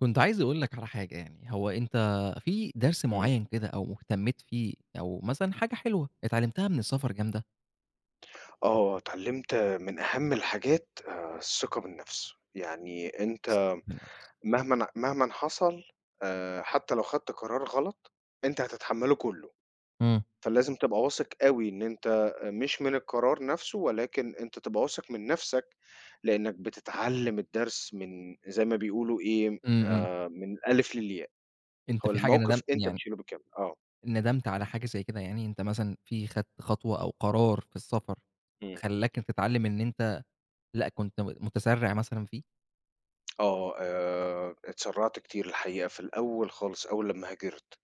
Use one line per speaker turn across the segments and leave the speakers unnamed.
كنت عايز أقول لك على حاجة يعني، هو أنت في درس
إمم.
معيّن كده أو اهتميت فيه أو مثلًا حاجة حلوة اتعلمتها من السفر جامدة؟
آه، اتعلّمت من أهم الحاجات الثقة بالنفس، يعني
الثقة
أنت
في النفس.
مهمًا حصل، حتى لو خدت قرار غلط، أنت هتتحمّله كُلّه،
إمم.
فلازم تبقى واثق أوي إن أنت مش من القرار نَفْسه ولكن أنت تبقى واثق من نَفْسك، لإنّك بتتعلّم الدرس من زي ما بيقولوا إيه،
إمم، إمم.
من الألِف للياء،
أنت
هو
في حاجة ندمت
الموقِف أنت
يعني،
بتشيله بالكامل، آه.
ندمت على حاجة زي كده يعني؟ أنت مثلًا في خدت خطوة أو قرار في السفر
إمم.
خلّاك إنت تتعلم إن أنت، لأ، كنت متسرع مثلًا فيه؟
اتسرّعت كتير الحقيقة في الأول خالص أول لمّا هاجرت.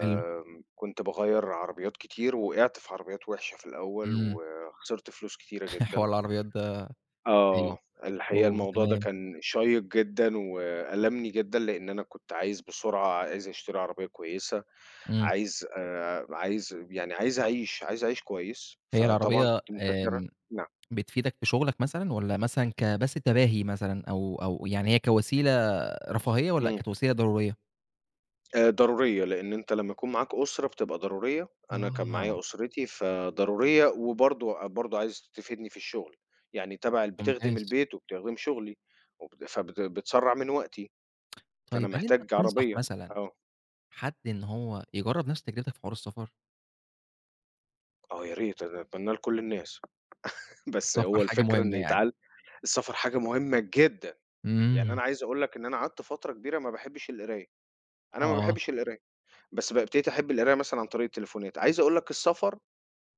حلو.
كنت باغيّر عربيات كتير، وقعت في عربيات وِحشة في الأول،
إمم.
وخسرت فلوس كتيرة جدًا.
حوار العربيات ده. أيوه.
آه. الحقيقة
أوه!
الموضوع ده
تمام.
كان شيّق جدًا، وألمني جدًا، لإن أنا كنت عايز بسرعة، عايز أشتري عربية كويسة،
إمم.
عايز يعني عايز أعيش، عايز أعيش كويس،
هي
فطبعًا
العربية
كنت متسرع. نعم.
بتفيدك في شغلك مثلًا، والّا مثلًا بس تباهي مثلًا، أو يعني هي كوسيلة رفاهية والّا
إمم.
كانت وسيلة ضرورية؟
ضرورية، لإن أنت لمّا يكون معاك أسرة بتبقى ضرورية، أنا كان
آه،
معايا أسرتي فضرورية، وبرضه عايزة تفيدني في الشغل، يعني تبع بتخدم
ممتاز.
البيت وبتخدم شغلي، وبت فبت بتسرّع من وقتي،
طيب
فأنا
هل أنت
محتاج
بتنصح
عربية.
مثلًا
آه،
حد إن هو يجرّب نفس تجربتك في حوار السفر؟
آه يا ريت أنا أتمناها لكل الناس، بس
السفر
هو
حاجة
الفكرة إن
مهمة يعني.
السفر حاجة مهمة جدًا، يعني
إمم،
أنا عايز أقول لك إن أنا قعدت فترة كبيرة ما باحبش القراية، أنا ما
آه.
باحبش القراية، بس بابتديت أحب القراية مثلًا عن طريق التليفونات، عايز أقول لك السفر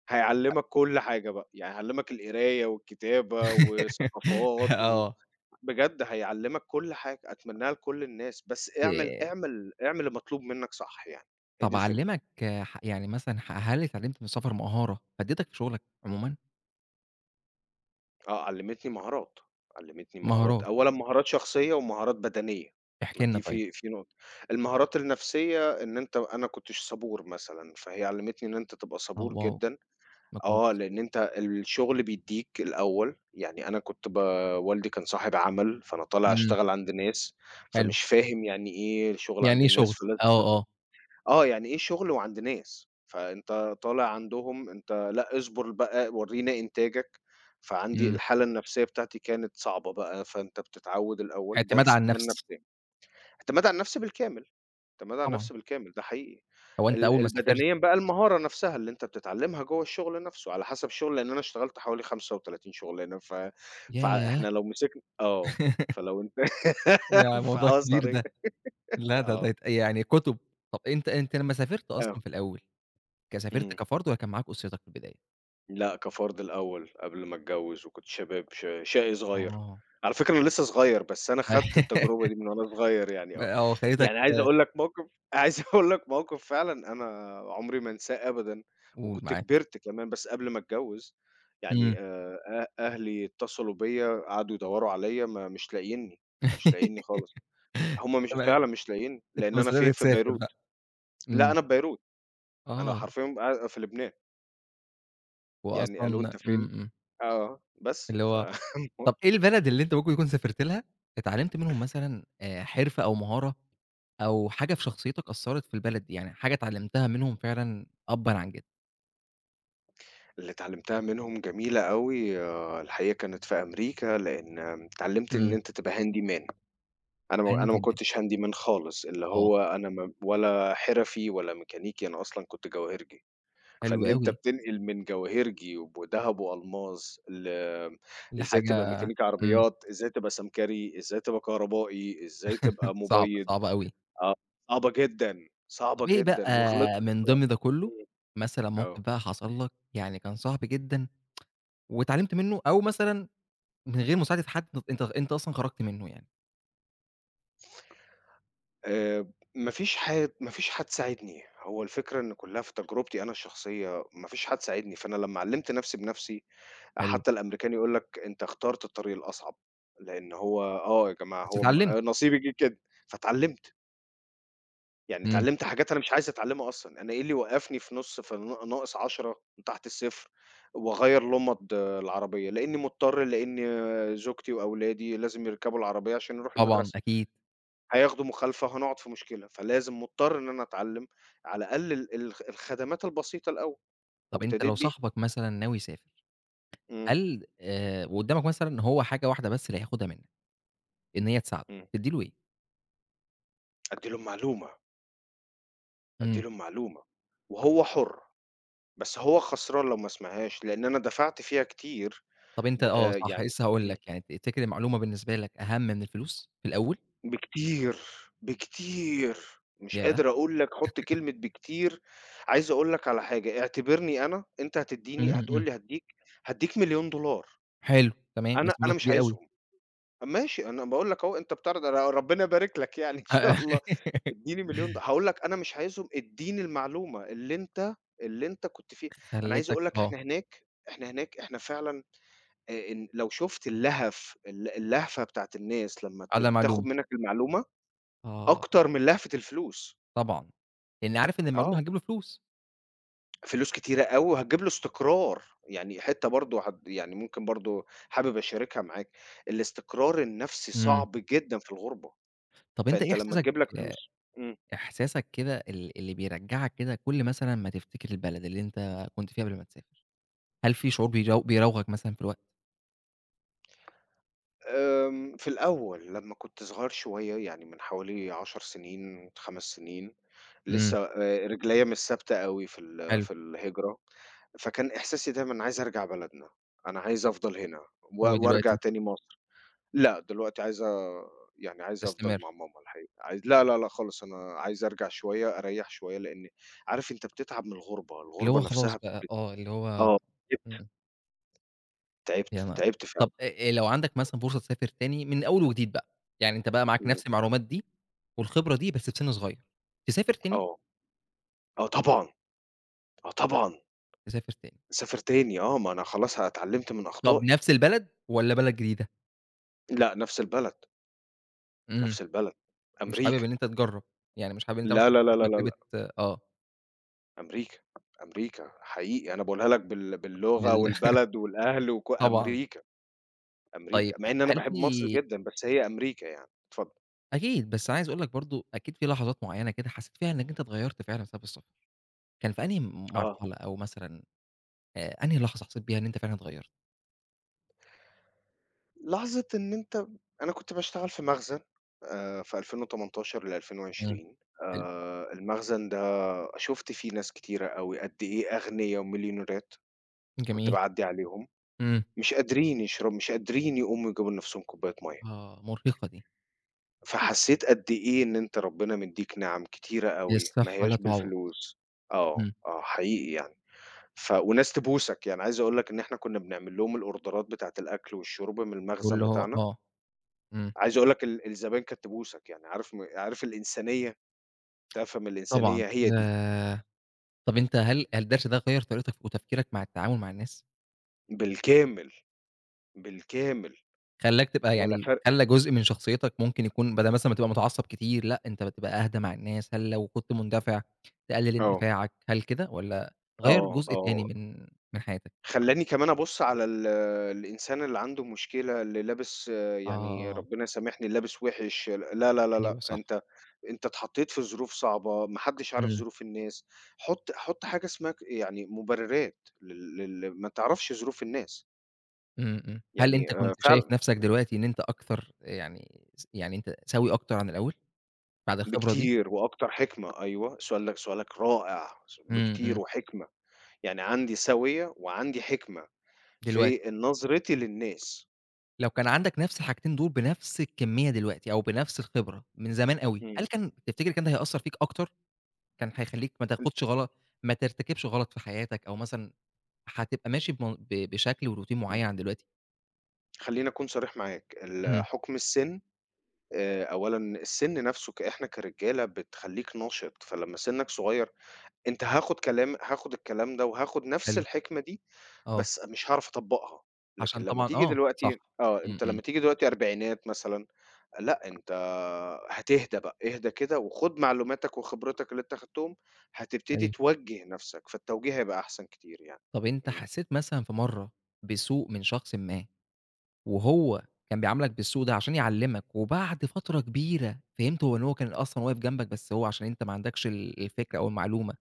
هيعلّمك كل حاجة بقى، يعني هيعلّمك القراية والكتابة وثقافات و
آه.
بجد هيعلّمك كل حاجة، أتمناها لكل الناس، بس
آآ
اعمل المطلوب منّك صح يعني، هي دي
طَب
الفكرة.
علّمك ح يعني مثلًا هل اتعلمت من السفر مهارة فادتك في شغلك عمومًا؟
آه، علّمتني مهارات، علّمتني مهارات،
مهارات،
أولًا مهارات شخصية ومهارات بدنية،
احكِ
ما
لنا
دي
طيب.
في نقطة. المهارات النفسية إن أنت أنا ما كنتش صبور مثلًا، فهي علّمتني إن أنت تبقى
آه،
صبور
واو!
جدًا،
ما
آه،
كنتش
لإن أنت الشغل بيدّيك الأول، يعني أنا كنت ب والدي كان صاحب عمل، فأنا طالع
إمم،
أشتغل عند ناس،
حلو.
فمش فاهم يعني إيه شغل
يعني
عند
إيه
الناس،
شغل؟
فلازم أصبر.
آه، آه.
آه، يعني إيه شغل وعند ناس؟ فأنت طالع عندهم أنت لأ، اصبر بقى، ورّينا إنتاجك، فعندي
إمم.
الحالة النفسية بتاعتي كانت صعبة بقى، فأنت بتتعوّد الأول،
اعتماد على
ده
النفس.
النفسية، اعتماد على النفس بالكامل. اعتماد على
طبعًا.
النفس بالكامل، ده حقيقي.
هو أنت أول ما سافرت،
البدنيًا بقى المهارة نفسها اللي أنت بتتعلمها جوّه الشغل نفسه، على حسب الشغل، لإن أنا اشتغلت حوالي 35 شغلانة، ف
ياه!
فإحنا لو مسكنا آه، فلو أنت
يا موضوع كبير
صريح.
ده، لا ده ده
آه،
يت يعني كُتب. طب أنت لمّا سافرت أصلًا
آه،
في الأول، سافرت
إمم.
كفرد والّا كان معاك أسرتك في البداية؟
لأ، كفرد الأول قبل ما أتجوّز وكنت شباب ش شقي صغير.
آه.
على فكرة أنا لسه صغير، بس أنا خدت التجربة دي من وأنا صغير يعني
ب
آه.
آه، خلّيتك
يعني عايز أقول لك موقف عايز أقول لك موقف فعلًا أنا عمري ما أنساه أبدًا
قُل
وكنت
معاك.
كبرت كمان، بس قبل ما أتجوّز.
إمم.
يعني أه أهلي اتصلوا بيّا قعدوا يدوّروا عليّا ما مش لاقيينّي، مش لاقيينّي خالص. هم مش
أنت ما
فعلًا مش لاقيينّي،
أنت
لإن
ما
أنا فين،
صدقت
في
تسافر
بيروت.
بقى.
لأ،
إمم.
أنا في بيروت. أنا
آه،
حرفيًا قاع في لبنان.
هو
يعني قالوا:
أصلًا.
"أنت
إمم،
فين؟"
إمم.
آه، بس
اللي
ف
هو طب إيه البلد اللي أنت ممكن تكون سافرت لها، اتعلمت منهم مثلًا حرفة أو مهارة أو حاجة في شخصيتك أثّرت في البلد دي، يعني حاجة اتعلمتها منهم فعلًا أبًا عن جدًا؟
اللي اتعلمتها منهم جميلة أوي آه، الحقيقة كانت في أمريكا، لإن اتعلمت إن
إمم.
أنت تبقى handyman. أنا ما
هانزل أ
كنتش handyman خالص، اللي
آه،
هو أنا ما ولا حرفي ولا ميكانيكي، أنا أصلًا كنت جواهرجي،
حلو
فإن أنت
أوي،
بتنقل من جواهرجي وذهب وألماس ل
دي
إزاي تبقى
حاجة.
ميكانيكي
إمم.
عربيات، إزاي تبقى سمكري، إزاي تبقى كهربائي، إزاي تبقى
صعبة،
مبيض،
صعبة أوي.
آه، صعبة جدًا، صعبة
طب إيه
جدًا وغلطت
بقى
في
من ضمن ده كلّه، مثلًا موقف
آه.
بقى حصل لك يعني كان صعب جدًا واتعلمت منه، أو مثلًا من غير مساعدة حد أنت أصلًا خرجت منه يعني؟
آآ ما فيش حد ساعدني، هو الفكرة إن كلّها في تجربتي أنا الشخصية، ما فيش حد ساعدني، فأنا لمّا علّمت نفسي بنفسي
حلو،
حتى الأمريكاني يقول لك أنت اخترت الطريق الأصعب، لإن هو آه يا جماعة
بس
هو م
اتعلمت.
آه، نصيبي جِه كده، فاتعلّمت، يعني
إمم.
اتعلّمت حاجات أنا مش عايز أتعلّمها أصلًا، أنا إيه اللي يوقّفني في نُص في ن ناقص 10 تحت الصفر وأغيّر لُمَض آه، العربية، لإني مضطر، لإن آه، زوجتي وأولادي لازم يركبوا العربية عشان يروحوا
طبعًا
المدرسة.
أكيد.
هياخدوا مخالفة، هنقعد في مشكلة، فلازم مضطر إن أنا أتعلّم على الأقل ال ال الخدمات البسيطة الأول،
طب أنت لو
وابتديت بيها.
صاحبك مثلًا ناوي يسافر،
إمم،
هل وقدّامك مثلًا هو حاجة واحدة بس اللي هياخدها منّك، إن هي تساعده،
إمم.
تدّي له إيه؟
أدّي لهم معلومة، أدّي
إمم.
لهم معلومة، وهو حُر، بس هو خسران لو ما سمعهاش، لإن أنا دفعت فيها كتير.
طب أنت،
د
آه، صح،
يعني
لسه هاقول
إمم،
لك، يعني تفتكر المعلومة بالنسبة لك أهم من الفلوس في الأول؟
بكتير، بكتير، مش
ياه!
قادر أقول لك حُط كلمة بكتير، عايز أقول لك على حاجة، اعتبرني أنا أنت هتدّيني
إمم،
هتقول
إمم.
لي هادّيك $1.000.000.
حلو، تمام،
أنا
بس مبلغ
أنا مش
كبير أوي.
عايزهم. ماشي، أنا باقول لك أهو أنت بتعرض أنا ربنا يبارك لك يعني إن شاء الله، ادّيني مليون د هاقول لك أنا مش عايزهم ادّيني المعلومة اللي أنت اللي أنت كنت فيه، أنا عايز
خلّتك
أقول لك
آه،
إحنا فعلًا، إن لو شُفت اللهفة بتاعة الناس لمّا ت
على
بتاخد
معلومة.
منّك المعلومة
آه،
أكتر من لهفة الفلوس،
طبعًا، لإن عارف إن المعلومة
آه،
هتجيب له فلوس.
فلوس كتيرة أوي وهتجيب له استقرار، يعني حتّة برضه هت يعني ممكن برضه حابب أشاركها معاك، الاستقرار النفسي
إمم.
صعب جدًا في الغُربة.
طب أنت إيه
فأنت لمّا
إحساسك،
تجيب لك
آه،
فلوس إمم.
إحساسك كده، اللي بيرجّعك كده كل مثلًا ما تفتكر البلد اللي أنت كنت فيها قبل ما تسافر؟ هل في شعور بيراوغك مثلًا في الوقت؟
في الأول لمّا كنت صغير شوية، يعني من حوالي 10 سنين، 5 سنين،
إمم.
لسه رجليّا مش ثابتة أوي في ال
حلو،
في الهجرة، فكان إحساسي دايمًا أنا عايز أرجع بلدنا، أنا عايز أفضل هنا و وأرجع
ودلوقتي
تاني مصر. لأ، دلوقتي عايز أ يعني عايز أفضل
تستمر.
مع ماما الحقيقة، عايز لا، لا، لا خالص، أنا عايز أرجع شوية، أريّح شوية، لإن عارف أنت بتتعب من الغربة،
اللي هو
الغربة
خلاص
نفسها
بقى.
بت
آه، اللي هو
آه،
إمم،
تعبت، تعبت،
يعني
تعبت
طب
فعلًا.
لو عندك مثلًا فرصة تسافر تاني من أول وجديد بقى، يعني أنت بقى معاك
إمم،
نفس المعلومات دي والخبرة دي بس في سِن صغير، تسافر تاني؟
آه، آه طبعًا. آه طبعًا،
تسافر تاني،
أسافر تاني آه، ما أنا خلاص اتعلّمت من
طب
أخطائي.
نفس البلد والّا بلد جديدة؟
لأ، نفس البلد،
إمم،
نفس البلد،
مش حابب
أمريكا.
إن أنت تجرّب، يعني مش حابب إن أنت مثلًا
لا، لا، لا،
تاخد
لا، لا،
تجربة.
لأ،
آه،
أمريكا، أمريكا حقيقي أنا باقولها لك باللغة
بال
والبلد والأهل وك
طبعًا.
أمريكا،
طيب،
أمريكا،
أ
مع إن أنا
هل
باحب مصر
في
جدًا، بس هي أمريكا يعني. اتفضل.
أكيد، بس عايز أقول لك برضه أكيد في لحظات معيّنة كده حسيت فيها إنك أنت اتغيّرت فعلًا بسبب السفر، كان في أنهي
آه.
مرحلة أو مثلًا أنهي لحظة حسيت بيها إن أنت فعلًا اتغيّرت؟
لحظة إن أنت أنا كنت باشتغل في مخزن في 2018
تمام،
ل2020.
حلو،
المخزن ده شُفت فيه ناس كتيرة أوي، قد إيه أغنيا ومليونيرات، كنت
جميل،
باعدّي عليهم.
إمم.
مش قادرين يقوموا يجيبوا لنفسهم كوباية مَيّة،
آه، مرهقة دي،
فحسيت قد إيه إن أنت ربنا مدّيك نِعَم كتيرة
هي
أوي، ما
الصحة لا
هياش
تعوّض.
بالفلوس. آه،
إمم.
آه حقيقي يعني. ف وناس تبوسك، يعني عايز أقول لك إن إحنا كنا بنعمل لهم الأوردرات بتاعة الأكل والشرب من المخزن
واللي هو
بتاعنا،
آه، إمم،
عايز أقول لك الزباين كانت تبوسك، يعني عارف الإنسانية، تفهم
طبعًا.
الإنسانية هي دي،
آآ طَب أنت، هل الدرس ده غيّر طريقتك وتفكيرك مع التعامل مع الناس؟
بالكامل، بالكامل،
خلّاك تبقى
ولا
يعني،
فرق
خلّى جزء من شخصيتك ممكن يكون بدل مثلًا ما تبقى متعصب كتير، لأ أنت بتبقى أهدى مع الناس، هل لو كنت مندفع تقلل
آه،
اندفاعك، هل كده والّا غيّر
آه،
جزء تاني
آه.
من حياتك؟
خلّاني كمان أبُص على الإنسان اللي عنده مشكلة، اللي لابس آه، يعني
آه،
ربنا يسامحني اللي لابس وِحِش، لا، لا، لا،
أيوه
لأ،
صح،
أنت اتحطّيت في ظروف صعبة، ما حدّش عارف
إمم.
ظروف الناس، حُط حُط حاجة اسمها يعني مُبررات لل لل ما تعرفش ظروف الناس،
إمم، إمم. هل أنت
يعني
كنت شايف
فعلًا
نَفْسك دلوقتي إن أنت أكتر، يعني يعني أنت سَوِي أكتر عن الأول بعد الخبرة دي؟
بكتير وأكتر حِكمة، أيوه، سؤالك رائع،
إمم، إمم.
بكتير وحِكمة، يعني عندي سَويّة وعندي حِكمة في
دلوقتي،
نظرتي للناس،
لو كان عندك نَفْس الحاجتين دول بنَفْس الكمّية دلوقتي أو بنَفْس الخبرة من زمان أوي، هل
إمم،
كان تفتكر كان ده هيأثّر فيك أكتر؟ كان هيخلّيك ما
إمم،
تاخُدش غلط، ما ترتكبش غلط في حياتك، أو مثلًا هتبقى ماشي بم ب بشكل وروتين
إمم.
معيّن عن دلوقتي؟
خلّيني أكون صريح معاك،
إمم،
حُكم السِن، أولًا السِن نَفْسه إحنا كرجالة بتخلّيك ناشط، فلمّا سِنّك صغير أنت هاخُد الكلام ده وهاخُد نَفْس
حلو.
الحكمة دي،
آه.
بس مش هاعرف أطبّقها، لكن
عشان
لمّا
طبعًا،
تيجي
آه، صح.
دلوقتي آه،
إمم،
أنت
إمم.
لمّا تيجي دلوقتي أربعينات مثلًا، لأ أنت هتهدى بقى، اهدى كده وخُد معلوماتك وخبرتك اللي أنت خدتهم، هتبتدي
أيوه.
توجّه نَفْسك، فالتوجيه هيبقى أحسن كتير يعني.
طَب أنت
إمم.
حسّيت مثلًا في مرّة بسوء من شخص ما، وهو كان بيعاملك بالسوء ده عشان يعلّمك، وبعد فترة كبيرة فهمت هو إن هو كان أصلًا واقف جنبك، بس هو عشان أنت ما عندكش الفكرة أو المعلومة،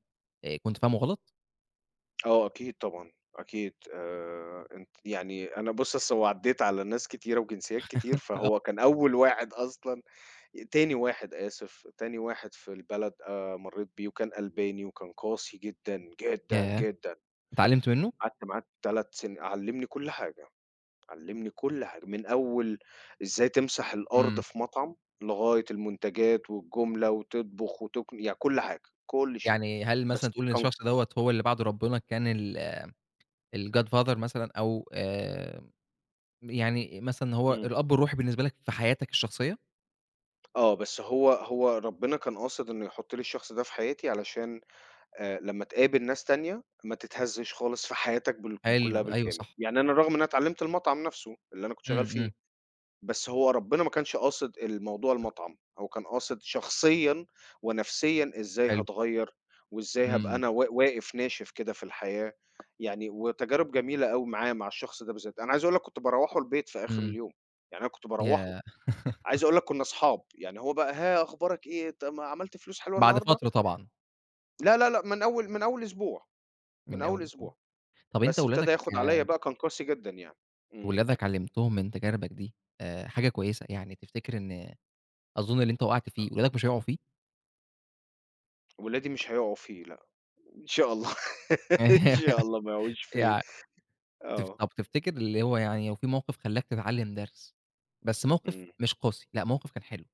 كنت فاهمه غلط؟
آه أكيد طبعًا، أكيد أنت يعني أنا بُص أصل هو عدّيت على ناس كتيرة وجنسيّات كتير، فهو كان أول واحد أصلًا تاني واحد آسف، تاني واحد في البلد مرّيت بيه وكان ألباني وكان قاسي جدًا، جدًا،
ياه!
جدًا،
اتعلّمت منه؟
قعدت معاه 3 سن علّمني كل حاجة، علّمني كل حاجة، من أول إزاي تمسح الأرض
إمم.
في مطعم، لغاية المنتجات والجملة وتطبخ وتكن يعني كل حاجة، كل شيء،
يعني هل
بس
مثلًا تقول إن
كان
الشخص دوّة هو اللي بعد ربنا كان الGod Father مثلًا، أو يعني مثلًا هو
إمم.
الأب الروحي بالنسبة لك في حياتك الشخصية؟
آه، بس هو ربنا كان قاصد إنه يحُط لي الشخص ده في حياتي علشان لمّا تقابل ناس تانية ما تتهزّش خالص في حياتك كلّها
حلو، أيوه
بالكامل،
صح.
يعني أنا رغم إن أنا اتعلّمت المطعم نَفْسه اللي أنا كنت شغّال
إمم،
فيه،
إمم.
بس هو ربنا ما كانش قاصد الموضوع المطعم، هو كان قاصد شخصيًا ونفسيًا إزاي
حلو.
هاتغيّر وإزاي هابقى
إمم،
أنا واقف ناشف كده في الحياة، يعني وتجارب جميلة أوي معاه، مع الشخص ده بالذات. أنا عايز أقول لك كنت باروّحه البيت في آخر
إمم.
اليوم، يعني أنا كنت باروّحه.
ياه!
عايز أقول لك كنا أصحاب، يعني هو بقى ها أخبارك إيه؟ طب ما عملت فلوس حلوة
بعد
النهارده؟
فترة طبعًا،
لا، لا، لأ، من أول أسبوع، من
من
أول
أول أسبوع.
أسبوع،
طَب أنت،
بس ابتدى ياخد عليَّ بقى كان قاسي جدًا يعني، إمم،
ولادك علّمتهم من تجاربك دي حاجة كويسة، يعني تفتكر إن، أظن اللي أنت وقعت فيه ولادك مش هيقعوا فيه؟
ولادي مش هيقعوا فيه لأ، إن شاء الله إن شاء الله ما يقعوش فيه،
يع تف
آه،
طب تفتكر، اللي هو يعني لو في موقف خلّاك تتعلّم درس، بس موقف
إمم،
مش قاسي، لأ موقف كان حلو،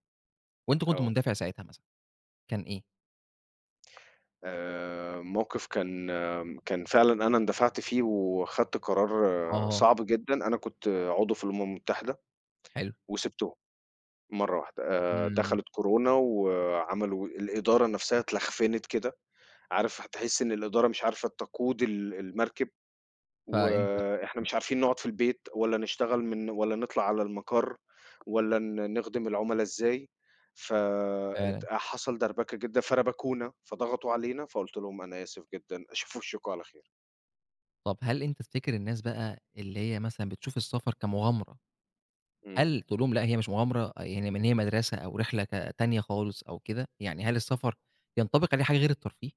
وأنت كنت
آه،
مندفع ساعتها مثلًا، كان إيه؟
موقف كان آه، كان فعلًا أنا اندفعت فيه وخدت قرار آه،
آه،
صعب جدًا، أنا كنت عضو في الأمم المتحدة
حلو،
وسِبتهم مرة واحدة،
إمم.
دخلت كورونا وعملوا الإدارة نفسها اتلخفنت كده عارف هتحس إن الإدارة مش عارفة تقود المركب،
فأنت.
وإحنا
إمم،
مش عارفين نقعد في البيت والّا نشتغل من والّا نطلع على المَقَر والّا نخدم العُملا إزاي، ف ات
فعلًا.
حصل دربكة جدًا، فربكونا، فضغطوا علينا، فقُلت لهم: "أنا آسف جدًا، شوفوا وشكم على خير."
طب هل أنت تفتكر الناس بقى اللي هي مثلًا بتشوف السفر كمغامرة،
إمم.
هل تقول لهم لأ هي مش مغامرة، آه، يعني إن هي مدرسة أو رحلة تانية خالص أو كده، يعني هل السفر ينطبق عليه حاجة غير الترفيه؟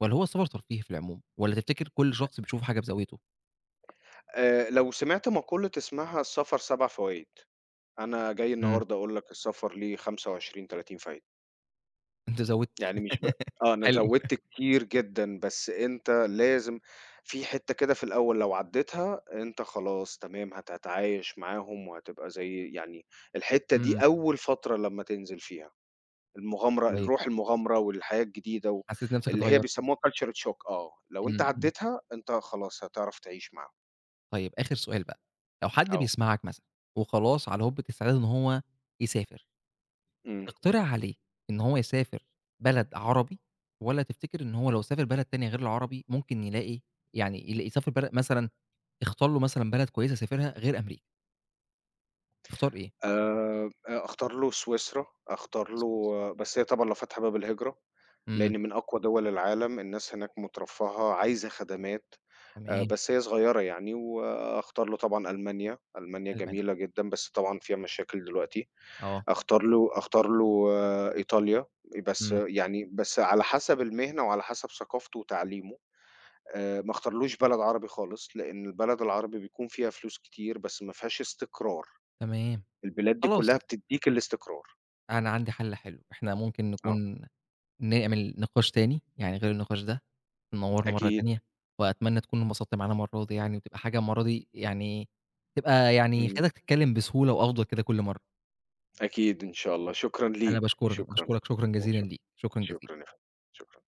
والّا هو السفر ترفيهي في العموم؟ والّا تفتكر كل شخص بيشوف حاجة بزاويته؟
لو سمعت مقولة اسمها السفر 7 فوايد، أنا جاي
إمم.
النهارده أقول لك السفر ليه 25، 30 فايدة.
أنت زاوِدت.
يعني مش ب آه، أنا
حلو.
زوّدت كتير جدًا، بس أنت لازم في حتّة كده في الأول لو عدّيتها أنت خلاص تمام، هتتعايش معاهم وهتبقى زي يعني الحتّة دي
إمم.
أول فترة لمّا تنزل فيها،
طيب،
الروح المغامرة والحياة الجديدة و
حسّيت نَفْسك
اللي هي
اتغيّرت.
بيسموها culture shock آه، لو أنت
إمم، إمم.
عدّيتها أنت خلاص هتعرف تعيش معاهم،
طيب، آخر سؤال بقى، لو حد
آه،
بيسمعك مثلًا وخلاص على هُبة استعداد إن هو يسافر،
إمم.
تقترح عليه إن هو يسافر بلد عربي، والّا تفتكر إن هو لو سافر بلد تانية غير العربي ممكن يلاقي، يسافر بلد مثلًا، اختار له مثلًا بلد كويسة يسافرها غير أمريكا، تختار إيه؟
أختار له سويسرا، أختار له بس هي طبعًا لو فاتحة باب الهجرة،
إمم.
لإن من أقوى دول العالم، الناس هناك مترفهة، عايزة خدمات،
تمام،
بس هي صغيرة يعني، وأختار له طبعًا ألمانيا، ألمانيا
ألمانيا.
جميلة جدًا، بس طبعًا فيها مشاكل دلوقتي،
آه.
أختار له آه، إيطاليا، بس
إمم.
يعني بس على حسب المهنة وعلى حسب ثقافته وتعليمه، ما أختارلوش بلد عربي خالص، لإن البلد العربي بيكون فيها فلوس كتير، بس ما فيهاش استقرار.
تمام.
البلاد دي كلّها
خلاص،
بتدّيك الاستقرار،
أنا عندي حَل حلو، إحنا ممكن
آه،
نعمل نقاش تاني، يعني غير النقاش ده، تنوّرنا مرّة
أكيد،
تانية، وأتمنى تكون انبسطت معانا المرّة دي، يعني تبقى يعني
إمم،
خلّيتك تتكلّم بسهولة وأفضل كده كل مرّة.
أكيد إن شاء الله، شكرًا
أنا
ليك،
باشكرك،
شكرًا،
شكرًا جزيلًا
شكرًا،
ليك، شكرًا جزيلًا.
شكرًا يا فندم، شكرًا.